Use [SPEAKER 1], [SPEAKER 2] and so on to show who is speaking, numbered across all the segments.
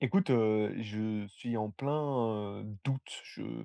[SPEAKER 1] Écoute, je suis en plein, doute. Je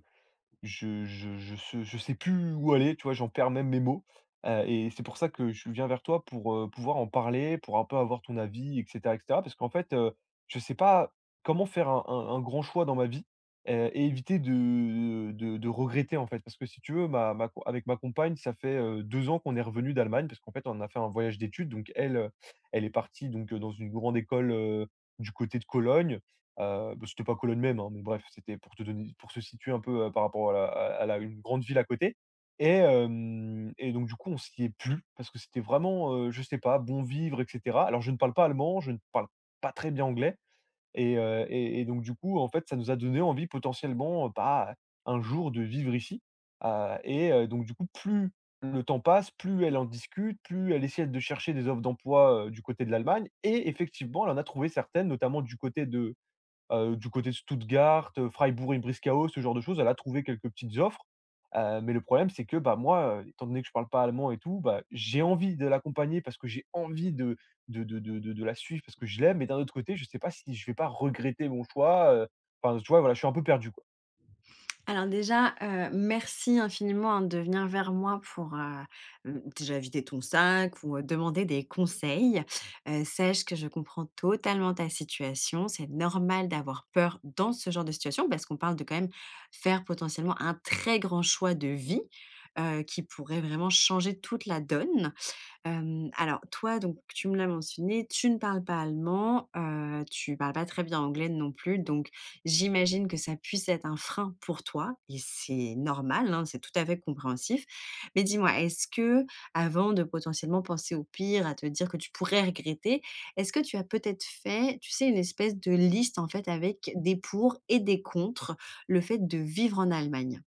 [SPEAKER 1] je je je se Je sais plus où aller, tu vois? J'en perds même mes mots, et c'est pour ça que je viens vers toi pour, pouvoir en parler, pour un peu avoir ton avis et cetera et cetera. Parce qu'en fait, je sais pas comment faire un grand choix dans ma vie, et éviter de regretter, en fait. Parce que si tu veux, ma ma co avec ma compagne, ça fait, 2 ans qu'on est revenu d'Allemagne parce qu'en fait, on a fait un voyage d'études. Donc elle, elle est partie donc, dans une grande école, du côté de Cologne. Bah, c'était pas Cologne même, hein, mais bref, c'était pour te donner pour se situer un peu, par rapport à la une grande ville à côté. Et donc du coup, on s'y est plu parce que c'était vraiment, je sais pas, bon vivre et cetera. Alors je ne parle pas allemand, je ne parle pas très bien anglais et donc du coup, en fait, ça nous a donné envie potentiellement, pas un jour de vivre ici, donc du coup, plus le temps passe, plus elle en discute, plus elle essaie de chercher des offres d'emploi, du côté de l'Allemagne et effectivement, elle en a trouvé certaines, notamment du côté de Stuttgart, Freiburg-et-Brisgau, ce genre de choses, elle a trouvé quelques petites offres. Mais le problème, c'est que, bah, moi, étant donné que je parle pas allemand et tout, bah, j'ai envie de l'accompagner parce que j'ai envie de la suivre parce que je l'aime, mais d'un autre côté, je sais pas si je vais pas regretter mon choix, enfin, tu vois? Voilà, je suis un peu perdu, quoi.
[SPEAKER 2] Alors déjà, merci infiniment, hein, de venir vers moi pour, mmh, déjà vider ton sac ou, demander des conseils. Sache que je comprends totalement ta situation. C'est normal d'avoir peur dans ce genre de situation parce qu'on parle de quand même faire potentiellement un très grand choix de vie, qui pourrait vraiment changer toute la donne. Alors toi, donc tu me l'as mentionné, tu ne parles pas allemand, tu parles pas très bien anglais non plus, donc j'imagine que ça puisse être un frein pour toi et c'est normal, hein, c'est tout à fait compréhensif. Mais dis-moi, est-ce que avant de potentiellement penser au pire, à te dire que tu pourrais regretter, est-ce que tu as peut-être fait, tu sais, une espèce de liste, en fait, avec des pour et des contre le fait de vivre en Allemagne?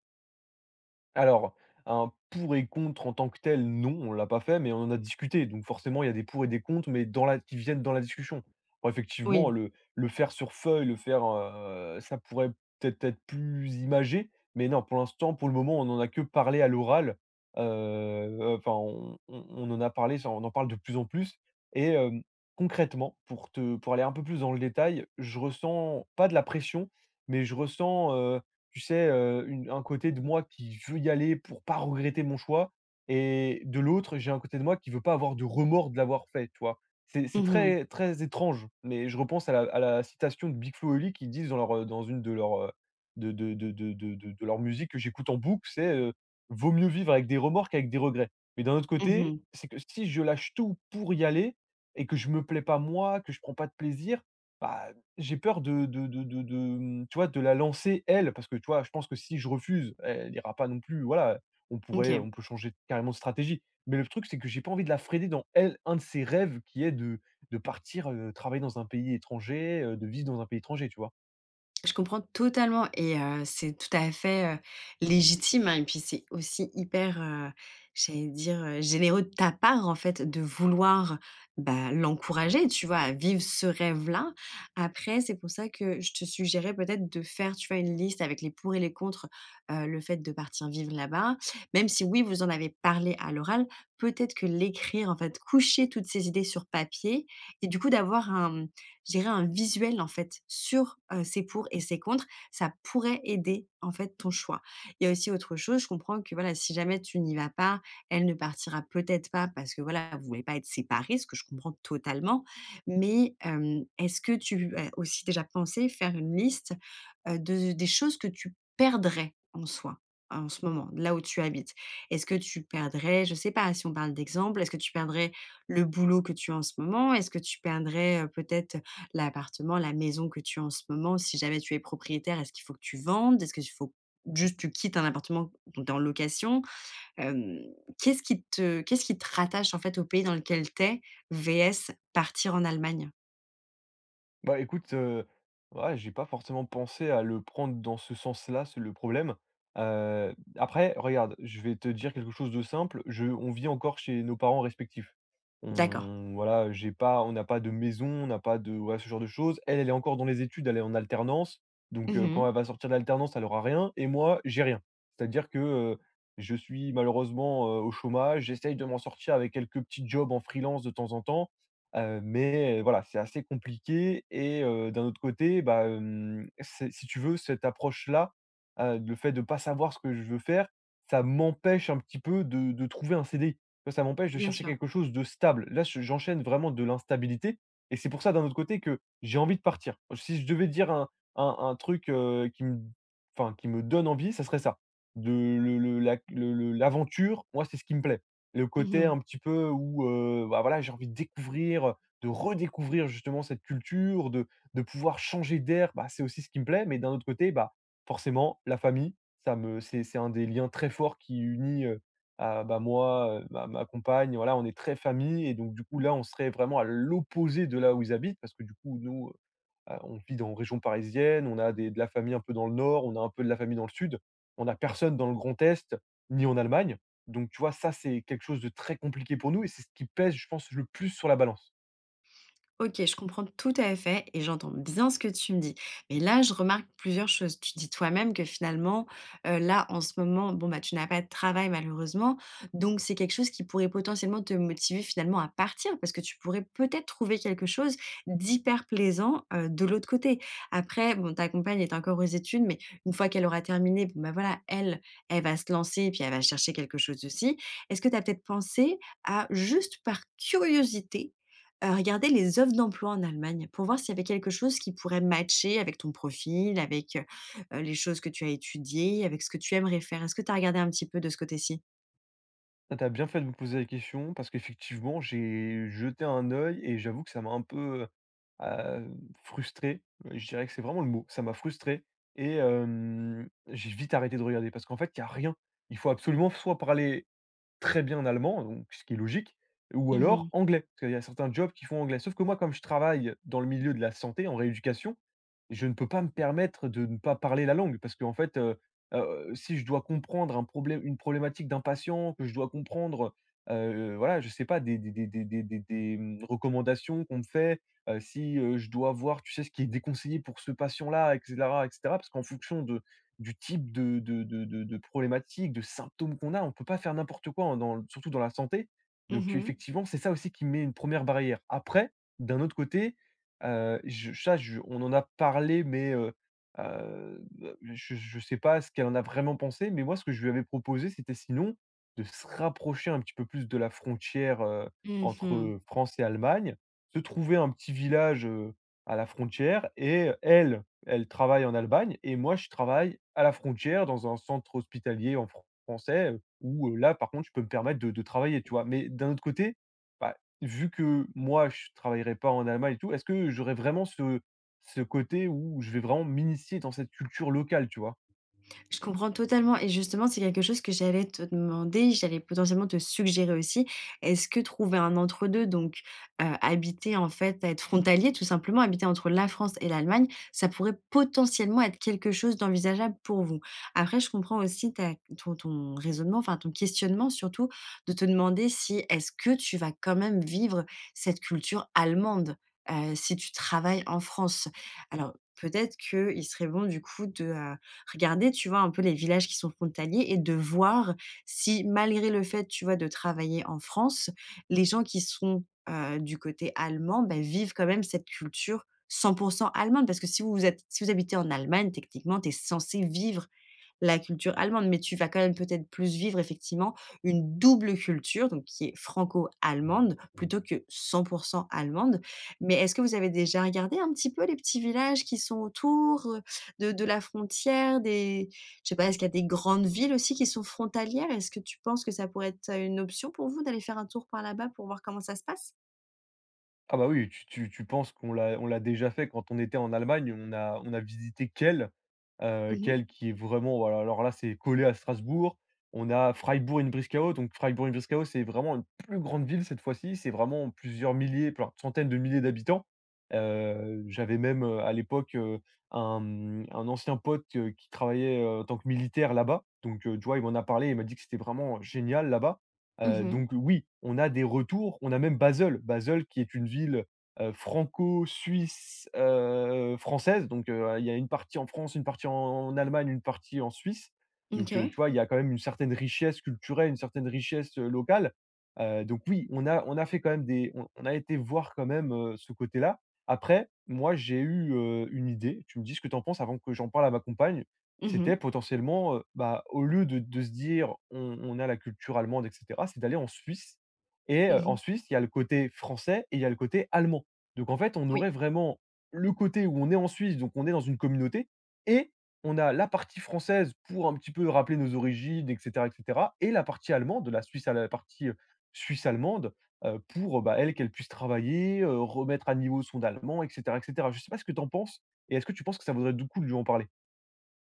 [SPEAKER 1] Alors, un pour et contre en tant que tel, non, on l'a pas fait, mais on en a discuté. Donc forcément, il y a des pour et des contre, mais dans la qui viennent dans la discussion. Alors effectivement,
[SPEAKER 2] Oui.
[SPEAKER 1] le faire sur feuille, le faire, ça pourrait peut-être être plus imagé, mais non, pour l'instant, pour le moment, on n'en a que parlé à l'oral. Enfin, on en a parlé, ça on en parle de plus en plus et hem, concrètement, pour aller un peu plus dans le détail, je ressens pas de la pression, mais je ressens, tu sais, une un côté de moi qui veut y aller pour pas regretter mon choix et de l'autre, j'ai un côté de moi qui veut pas avoir de remords de l'avoir fait, tu vois? C'est
[SPEAKER 2] Mmh mh.
[SPEAKER 1] très très étrange, mais je repense à la citation de Big Flo et Oli qui disent dans leur, dans une de leurs, de leur musique que j'écoute en boucle, c'est, «Vaut mieux vivre avec des remords qu'avec des regrets». Mais d'un autre côté,
[SPEAKER 2] Mmh.
[SPEAKER 1] c'est que si je lâche tout pour y aller et que je me plais pas moi, que je prends pas de plaisir, bah, j'ai peur de, tu vois, de la lancer elle, parce que, tu vois, je pense que si je refuse, elle ira pas non plus, voilà,
[SPEAKER 2] OK.
[SPEAKER 1] on peut changer carrément de stratégie. Mais le truc, c'est que j'ai pas envie de la freiner dans un de ses rêves qui est de partir, travailler dans un pays étranger, de vivre dans un pays étranger, tu vois?
[SPEAKER 2] Je comprends totalement et c'est tout à fait, légitime, hein et puis c'est aussi hyper, j'allais dire, généreux de ta part, en fait, de vouloir, bah, l'encourager, tu vois, à vivre ce rêve-là. Après, c'est pour ça que je te suggérais peut-être de faire, tu vois, une liste avec les pour et les contre, le fait de partir vivre là-bas. Même si oui, vous en avez parlé à l'oral, peut-être que l'écrire, en fait, coucher toutes ces idées sur papier et du coup d'avoir un je dirais un visuel en fait sur, ces pour et ses contre, ça pourrait aider en fait ton choix. Il y a aussi autre chose, je comprends que voilà, si jamais tu n'y vas pas, elle ne partira peut-être pas parce que voilà, vous voulez pas être séparés, ce que je comprends totalement. Mais, est-ce que tu as aussi déjà pensé faire une liste, de des choses que tu perdrais en soi, en ce moment, là où tu habites? Est-ce que tu perdrais, je sais pas, si on parle d'exemple, est-ce que tu perdrais le boulot que tu as en ce moment? Est-ce que tu perdrais, peut-être, l'appartement, la maison que tu as en ce moment, si jamais tu es propriétaire, est-ce qu'il faut que tu vendes? Est-ce qu'il faut juste tu quittes un appartement dont tu es en location? Hem, qu'est-ce qui te rattache, en fait, au pays dans lequel tu es, VS partir en Allemagne?
[SPEAKER 1] Bah, écoute, ouais, j'ai pas forcément pensé à le prendre dans ce sens-là, c'est le problème. Après, regarde, je vais te dire quelque chose de simple, je on vit encore chez nos parents respectifs.
[SPEAKER 2] D'accord.
[SPEAKER 1] J'ai pas on n'a pas de maison, on n'a pas de ce genre de choses. Elle, elle est encore dans les études, elle est en alternance, donc
[SPEAKER 2] Mmh mh.
[SPEAKER 1] quand elle va sortir de l'alternance, elle aura rien et moi, j'ai rien. C'est-à-dire que, je suis malheureusement, au chômage, j'essaye de m'en sortir avec quelques petits jobs en freelance de temps en temps. Mais, voilà, c'est assez compliqué et d'un autre côté, bah, c'est si tu veux, cette approche-là, le fait de ne pas savoir ce que je veux faire, ça m'empêche un petit peu de trouver un CDI. Tu vois? Ça m'empêche de
[SPEAKER 2] Bien
[SPEAKER 1] chercher
[SPEAKER 2] sûr.
[SPEAKER 1] quelque chose de stable. Là, je j'enchaîne vraiment de l'instabilité et c'est pour ça, d'un autre côté, que j'ai envie de partir. Si je devais dire un truc, qui me enfin, qui me donne envie, ça serait ça. De le la le l'aventure, moi, c'est ce qui me plaît. Le
[SPEAKER 2] Mmh
[SPEAKER 1] côté
[SPEAKER 2] mh.
[SPEAKER 1] un petit peu où, bah, voilà, j'ai envie de découvrir, de redécouvrir justement cette culture, de pouvoir changer d'air, bah, c'est aussi ce qui me plaît. Mais d'un autre côté, bah, forcément la famille, ça me c'est un des liens très forts qui unit, à bah, moi, ma compagne, voilà, on est très famille et donc du coup là, on serait vraiment à l'opposé de là où ils habitent parce que du coup nous on vit dans région parisienne, on a des de la famille un peu dans le nord, on a un peu de la famille dans le sud. On a personne dans le Grand Est, ni en Allemagne. Donc tu vois, ça, c'est quelque chose de très compliqué pour nous et c'est ce qui pèse, je pense, le plus sur la balance.
[SPEAKER 2] Ok, je comprends tout à fait et j'entends bien ce que tu me dis. Mais là, je remarque plusieurs choses. Tu dis toi-même que finalement, là, en ce moment, bon, bah, tu n'as pas de travail malheureusement. Donc, c'est quelque chose qui pourrait potentiellement te motiver finalement à partir parce que tu pourrais peut-être trouver quelque chose d'hyper plaisant de l'autre côté. Après, bon, ta compagne est encore aux études, mais une fois qu'elle aura terminé, bon, bah, voilà, elle, elle va se lancer et puis elle va chercher quelque chose aussi. Est-ce que tu as peut-être pensé à juste par curiosité regarder les offres d'emploi en Allemagne pour voir s'il y avait quelque chose qui pourrait matcher avec ton profil, avec, les choses que tu as étudiées, avec ce que tu aimerais faire. Est-ce que tu as regardé un petit peu de ce côté-ci?
[SPEAKER 1] Ah, tu as bien fait de me poser la question parce qu'effectivement, j'ai jeté un œil et j'avoue que ça m'a un peu, frustré. Je dirais que c'est vraiment le mot. Ça m'a frustré et j'ai vite arrêté de regarder parce qu'en fait, il y a rien. Il faut absolument soit parler très bien allemand, donc ce qui est logique, ou
[SPEAKER 2] Mmh
[SPEAKER 1] alors
[SPEAKER 2] mh.
[SPEAKER 1] anglais. Parce qu'il y a certains jobs qui font anglais. Sauf que moi, comme je travaille dans le milieu de la santé, en rééducation, je ne peux pas me permettre de ne pas parler la langue. Parce qu'en fait, si je dois comprendre un problème une problématique d'un patient, que je dois comprendre, voilà, je sais pas, des recommandations qu'on me fait, si, je dois voir, tu sais, ce qui est déconseillé pour ce patient-là et cetera et cetera. Parce qu'en fonction de du type de problématique, de symptômes qu'on a. On ne peut pas faire n'importe quoi en dans surtout dans la santé. Donc
[SPEAKER 2] Mmh.
[SPEAKER 1] effectivement, c'est ça aussi qui met une première barrière. Après, d'un autre côté, je ça je on en a parlé, mais heu, je sais pas ce qu'elle en a vraiment pensé, mais moi, ce que je lui avais proposé, c'était sinon de se rapprocher un petit peu plus de la frontière,
[SPEAKER 2] Mmh.
[SPEAKER 1] entre France et Allemagne, se trouver un petit village, à la frontière et elle travaille en Allemagne et moi, je travaille à la frontière dans un centre hospitalier en français, où, là, par contre, je peux me permettre de travailler, tu vois? Mais d'un autre côté, bah, vu que moi, je travaillerai pas en Allemagne et tout, est-ce que j'aurais vraiment ce côté où je vais vraiment m'initier dans cette culture locale, tu vois?
[SPEAKER 2] Je comprends totalement et justement, c'est quelque chose que j'allais te demander, j'allais potentiellement te suggérer aussi. Est-ce que trouver un entre-deux, donc habiter en fait, être frontalier tout simplement, habiter entre la France et l'Allemagne, ça pourrait potentiellement être quelque chose d'envisageable pour vous? Après je comprends aussi ta ton ton raisonnement, enfin ton questionnement surtout, de te demander si est-ce que tu vas quand même vivre cette culture allemande, si tu travailles en France? Alors peut-être qu'il serait bon du coup de, regarder, tu vois, un peu les villages qui sont frontaliers et de voir si malgré le fait, tu vois, de travailler en France, les gens qui sont, du côté allemand, bah, vivent quand même cette culture 100% allemande. Parce que si vous habitez en Allemagne, techniquement, tu es censé vivre la culture allemande, mais tu vas quand même peut-être plus vivre effectivement une double culture, donc qui est franco-allemande plutôt que cent pour 100 allemande. Mais est-ce que vous avez déjà regardé un petit peu les petits villages qui sont autour, de la frontière, des je sais pas, est-ce qu'il y a des grandes villes aussi qui sont frontalières? Est-ce que tu penses que ça pourrait être, une option pour vous d'aller faire un tour par là-bas pour voir comment ça se passe?
[SPEAKER 1] Ah bah oui, tu penses qu'on l'a on l'a déjà fait quand on était en Allemagne, on a visité Kehl,
[SPEAKER 2] Mhm.
[SPEAKER 1] Kehl qui est vraiment voilà, alors là, c'est collé à Strasbourg. On a Freiburg-Breisgau, donc Freiburg-Breisgau, c'est vraiment une plus grande ville cette fois-ci, c'est vraiment plusieurs milliers, plein centaines de milliers d'habitants. J'avais même, à l'époque, un ancien pote, qui travaillait, en tant que militaire là-bas, donc tu vois, il m'en a parlé, il m'a dit que c'était vraiment génial là-bas.
[SPEAKER 2] Mhm.
[SPEAKER 1] Donc oui, on a des retours, on a même Basel. Basel qui est une ville, française, donc il y a une partie en France, une partie en Allemagne, une partie en Suisse. Donc
[SPEAKER 2] OK.
[SPEAKER 1] tu vois, il y a quand même une certaine richesse culturelle, une certaine richesse, locale. Donc oui, on a été voir quand même, ce côté-là. Après, moi j'ai eu, une idée, tu me dis ce que tu en penses avant que j'en parle à ma compagne. C'était
[SPEAKER 2] Mhm.
[SPEAKER 1] potentiellement, bah, au lieu de se dire: On a la culture allemande et cetera», c'est d'aller en Suisse et en
[SPEAKER 2] Mhm.
[SPEAKER 1] Suisse, il y a le côté français et il y a le côté allemand. Donc en fait, on aurait
[SPEAKER 2] Oui.
[SPEAKER 1] vraiment le côté où on est en Suisse, donc on est dans une communauté et on a la partie française pour un petit peu rappeler nos origines et cetera et cetera et la partie allemande, la suisse allemande, pour, bah, elle, qu'elle puisse travailler, remettre à niveau son allemand et cetera et cetera. Je sais pas ce que tu en penses et est-ce que tu penses que ça vaudrait du coup de lui en parler?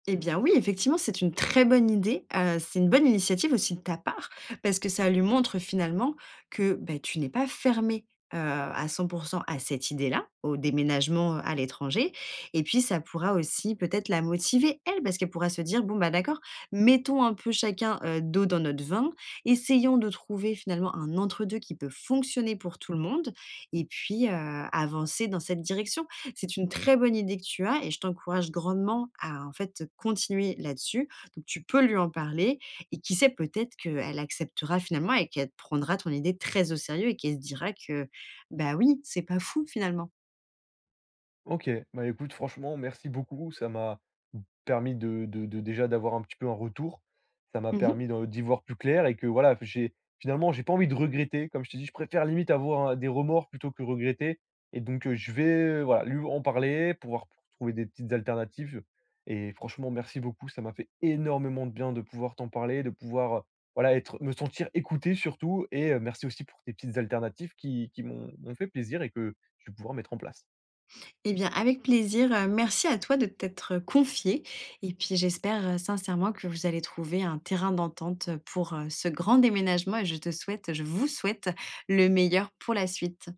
[SPEAKER 2] Eh bien oui, effectivement, c'est une très bonne idée. C'est une bonne initiative aussi de ta part, parce que ça lui montre finalement que, bah, tu n'es pas fermé à 100% à cette idée-là, au déménagement, à l'étranger et puis ça pourra aussi peut-être la motiver elle, parce qu'elle pourra se dire: «Bon, bah, d'accord, mettons un peu chacun, d'eau dans notre vin, essayons de trouver finalement un entre 2 qui peut fonctionner pour tout le monde et puis, avancer dans cette direction». C'est une très bonne idée que tu as et je t'encourage grandement à, en fait, continuer là-dessus. Donc tu peux lui en parler et qui sait, peut-être qu'elle acceptera finalement et qu'elle prendra ton idée très au sérieux et qu'elle se dira que, bah, oui, c'est pas fou finalement.
[SPEAKER 1] OK. Bah, écoute, franchement, merci beaucoup. Ça m'a permis de déjà d'avoir un petit peu un retour. Ça m'a
[SPEAKER 2] Mmh.
[SPEAKER 1] permis de d'y voir plus clair et que voilà, j'ai finalement, j'ai pas envie de regretter. Comme je t'ai dit, je préfère limite avoir un des remords plutôt que regretter et donc je vais voilà, lui en parler, pouvoir trouver des petites alternatives et franchement, merci beaucoup. Ça m'a fait énormément de bien de pouvoir t'en parler, de pouvoir, voilà, être me sentir écouté surtout et merci aussi pour tes petites alternatives qui m'ont fait plaisir et que je vais pouvoir mettre en place.
[SPEAKER 2] Eh bien, avec plaisir, merci à toi de t'être confiée et puis j'espère, sincèrement que vous allez trouver un terrain d'entente, pour, ce grand déménagement et je vous souhaite le meilleur pour la suite.